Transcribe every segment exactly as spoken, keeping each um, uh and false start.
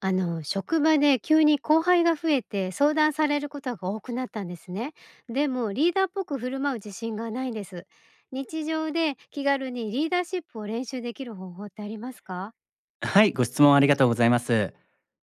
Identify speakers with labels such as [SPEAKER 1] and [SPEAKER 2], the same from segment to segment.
[SPEAKER 1] あの、職場で急に後輩が増えて相談されることが多くなったんですね。でもリーダーっぽく振る舞う自信がないんです。日常で気軽にリーダーシップを練習できる方法ってありますか？
[SPEAKER 2] はい、ご質問ありがとうございます。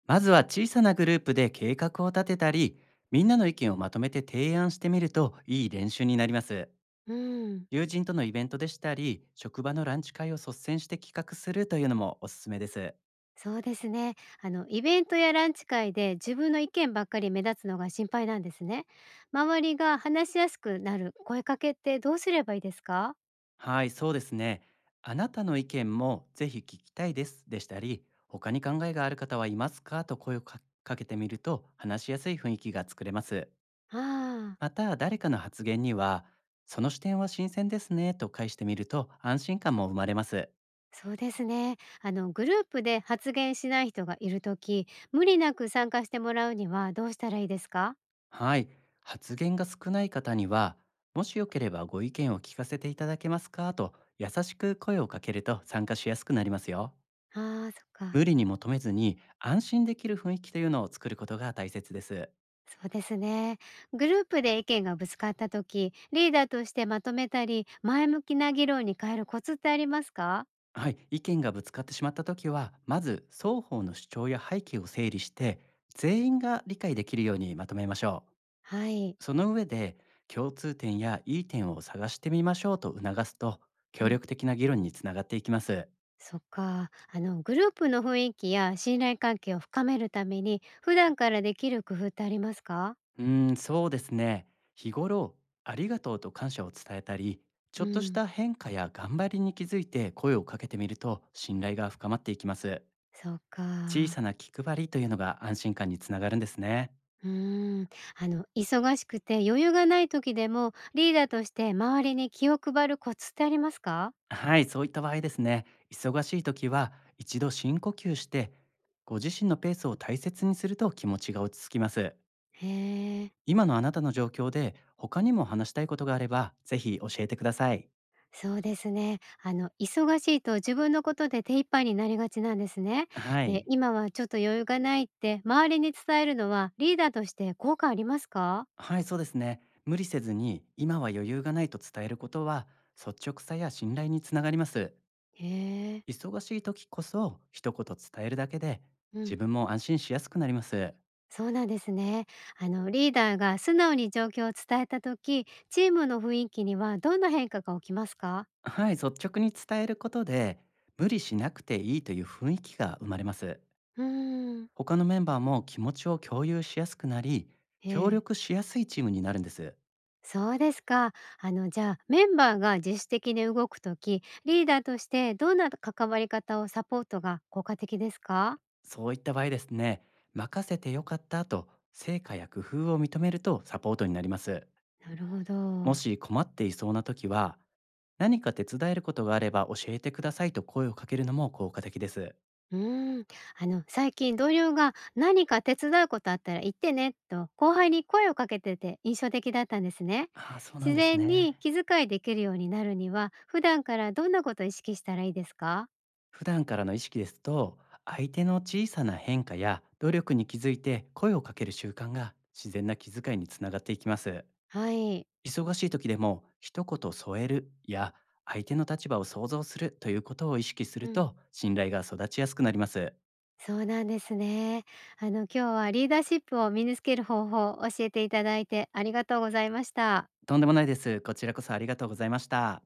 [SPEAKER 2] まずは小さなグループで計画を立てたり、みんなの意見をまとめて提案してみるといい練習になります。
[SPEAKER 1] うん、
[SPEAKER 2] 友人とのイベントでしたり、職場のランチ会を率先して企画するというのもおすすめです。
[SPEAKER 1] そうですね。あの、イベントやランチ会で自分の意見ばっかり目立つのが心配なんですね。周りが話しやすくなる声かけってどうすればいいですか？
[SPEAKER 2] はい、そうですね。あなたの意見もぜひ聞きたいですでしたり、他に考えがある方はいますかと声をかかけてみると話しやすい雰囲気が作れます。
[SPEAKER 1] ああー。
[SPEAKER 2] また、誰かの発言には、その視点は新鮮ですねと返してみると安心感も生まれます。
[SPEAKER 1] そうですね。あのグループで発言しない人がいるとき、無理なく参加してもらうにはどうしたらいいですか？
[SPEAKER 2] はい、発言が少ない方には、もしよければご意見を聞かせていただけますかと優しく声をかけると参加しやすくなりますよ。
[SPEAKER 1] ああー、そっ
[SPEAKER 2] 無
[SPEAKER 1] か。
[SPEAKER 2] 理に求めずに安心できる雰囲気というのを作ることが大切です。
[SPEAKER 1] そうですね。グループで意見がぶつかったとき、リーダーとしてまとめたり、前向きな議論に変えるコツってありますか？
[SPEAKER 2] はい、意見がぶつかってしまった時はまず双方の主張や背景を整理して全員が理解できるようにまとめましょ
[SPEAKER 1] はい。
[SPEAKER 2] う。その上で共通点やいい点を探してみましょうと促すと
[SPEAKER 1] う
[SPEAKER 2] 協
[SPEAKER 1] ん。
[SPEAKER 2] 力的な議論につながっていきます。
[SPEAKER 1] そっか。あのグループの雰囲気や信頼関係を深めるために、普段からできる工夫ってありますか？
[SPEAKER 2] うーんそうですね。日頃ありがとうと感謝を伝えたり、ちょ
[SPEAKER 1] う
[SPEAKER 2] っとし
[SPEAKER 1] ん。
[SPEAKER 2] た変化や頑張りに気づいて声をかけてみると信頼が深まっていきます。
[SPEAKER 1] そっ
[SPEAKER 2] 小さ
[SPEAKER 1] か。
[SPEAKER 2] な気配りというのが安心感につながるんですね。
[SPEAKER 1] うーん、あの忙しくて余裕がない時でもリーダーとして周りに気を配るコツってありますか？
[SPEAKER 2] はい、そういった場合ですね、忙しい時は一度深呼吸して、ご自身のペースを大切にすると気持ちが落ち着きます。
[SPEAKER 1] へえ、
[SPEAKER 2] 今のあなたの状況で他にも話したいことがあれば、ぜひ教えてください。
[SPEAKER 1] そうですね。あの忙しいと自分のことで手一杯になりがちなんですね。
[SPEAKER 2] は
[SPEAKER 1] で、
[SPEAKER 2] い。
[SPEAKER 1] 今はちょっと余裕がないって周りに伝えるのはリーダーとして効果ありますか？
[SPEAKER 2] はい、そうですね。無理せずに今は余裕がないと伝えることは、率直さや信頼につながります。
[SPEAKER 1] へえ、
[SPEAKER 2] 忙しい時こそ一言伝えるだけで、
[SPEAKER 1] う
[SPEAKER 2] 自
[SPEAKER 1] ん、
[SPEAKER 2] 分も安心しやすくなります。
[SPEAKER 1] そうなんですね。あのリーダーが素直に状況を伝えた時、チームの雰囲気にはどんな変化が起きますか？
[SPEAKER 2] はい、率直に伝えることで無理しなくていいという雰囲気が生まれます。
[SPEAKER 1] うーん、
[SPEAKER 2] 他のメンバーも気持ちを共有しやすくなり、
[SPEAKER 1] え
[SPEAKER 2] 協
[SPEAKER 1] え。
[SPEAKER 2] 力しやすいチームになるんです。
[SPEAKER 1] そうですか。あの、じゃあ、メンバーが自主的に動くとき、リーダーとしてどんな関わり方をサポートが効果的ですか？
[SPEAKER 2] そういった場合ですね、任せてよかったと成果や工夫を認めるとサポートになります。
[SPEAKER 1] なるほ
[SPEAKER 2] も
[SPEAKER 1] ど。
[SPEAKER 2] し困っていそうな時は、何か手伝えることがあれば教えてくださいと声をかけるのも効果的です。
[SPEAKER 1] うーん。あの、最近同僚が何か手伝うことあったら言ってねと後輩に声をかけてて印象的だったんですね。
[SPEAKER 2] ああ、そうなん
[SPEAKER 1] 自
[SPEAKER 2] です
[SPEAKER 1] 然に
[SPEAKER 2] ね。
[SPEAKER 1] 気遣いできるようになるには、普段からどんなことを意識したらいいですか？
[SPEAKER 2] 普段からの意識ですと相手の小さな変化や努力に気づいて声をかける習慣が自然な気遣いにつながっていきます。
[SPEAKER 1] はい。
[SPEAKER 2] 忙しい時でも一言添えるや相手の立場を想像するということを意識する
[SPEAKER 1] うん。
[SPEAKER 2] と信頼が育ちやすくなります。
[SPEAKER 1] そうなんですね。あの今日はリーダーシップを身につける方法を教えていただいてありがとうございました。
[SPEAKER 2] とんでもないです。こちらこそありがとうございました。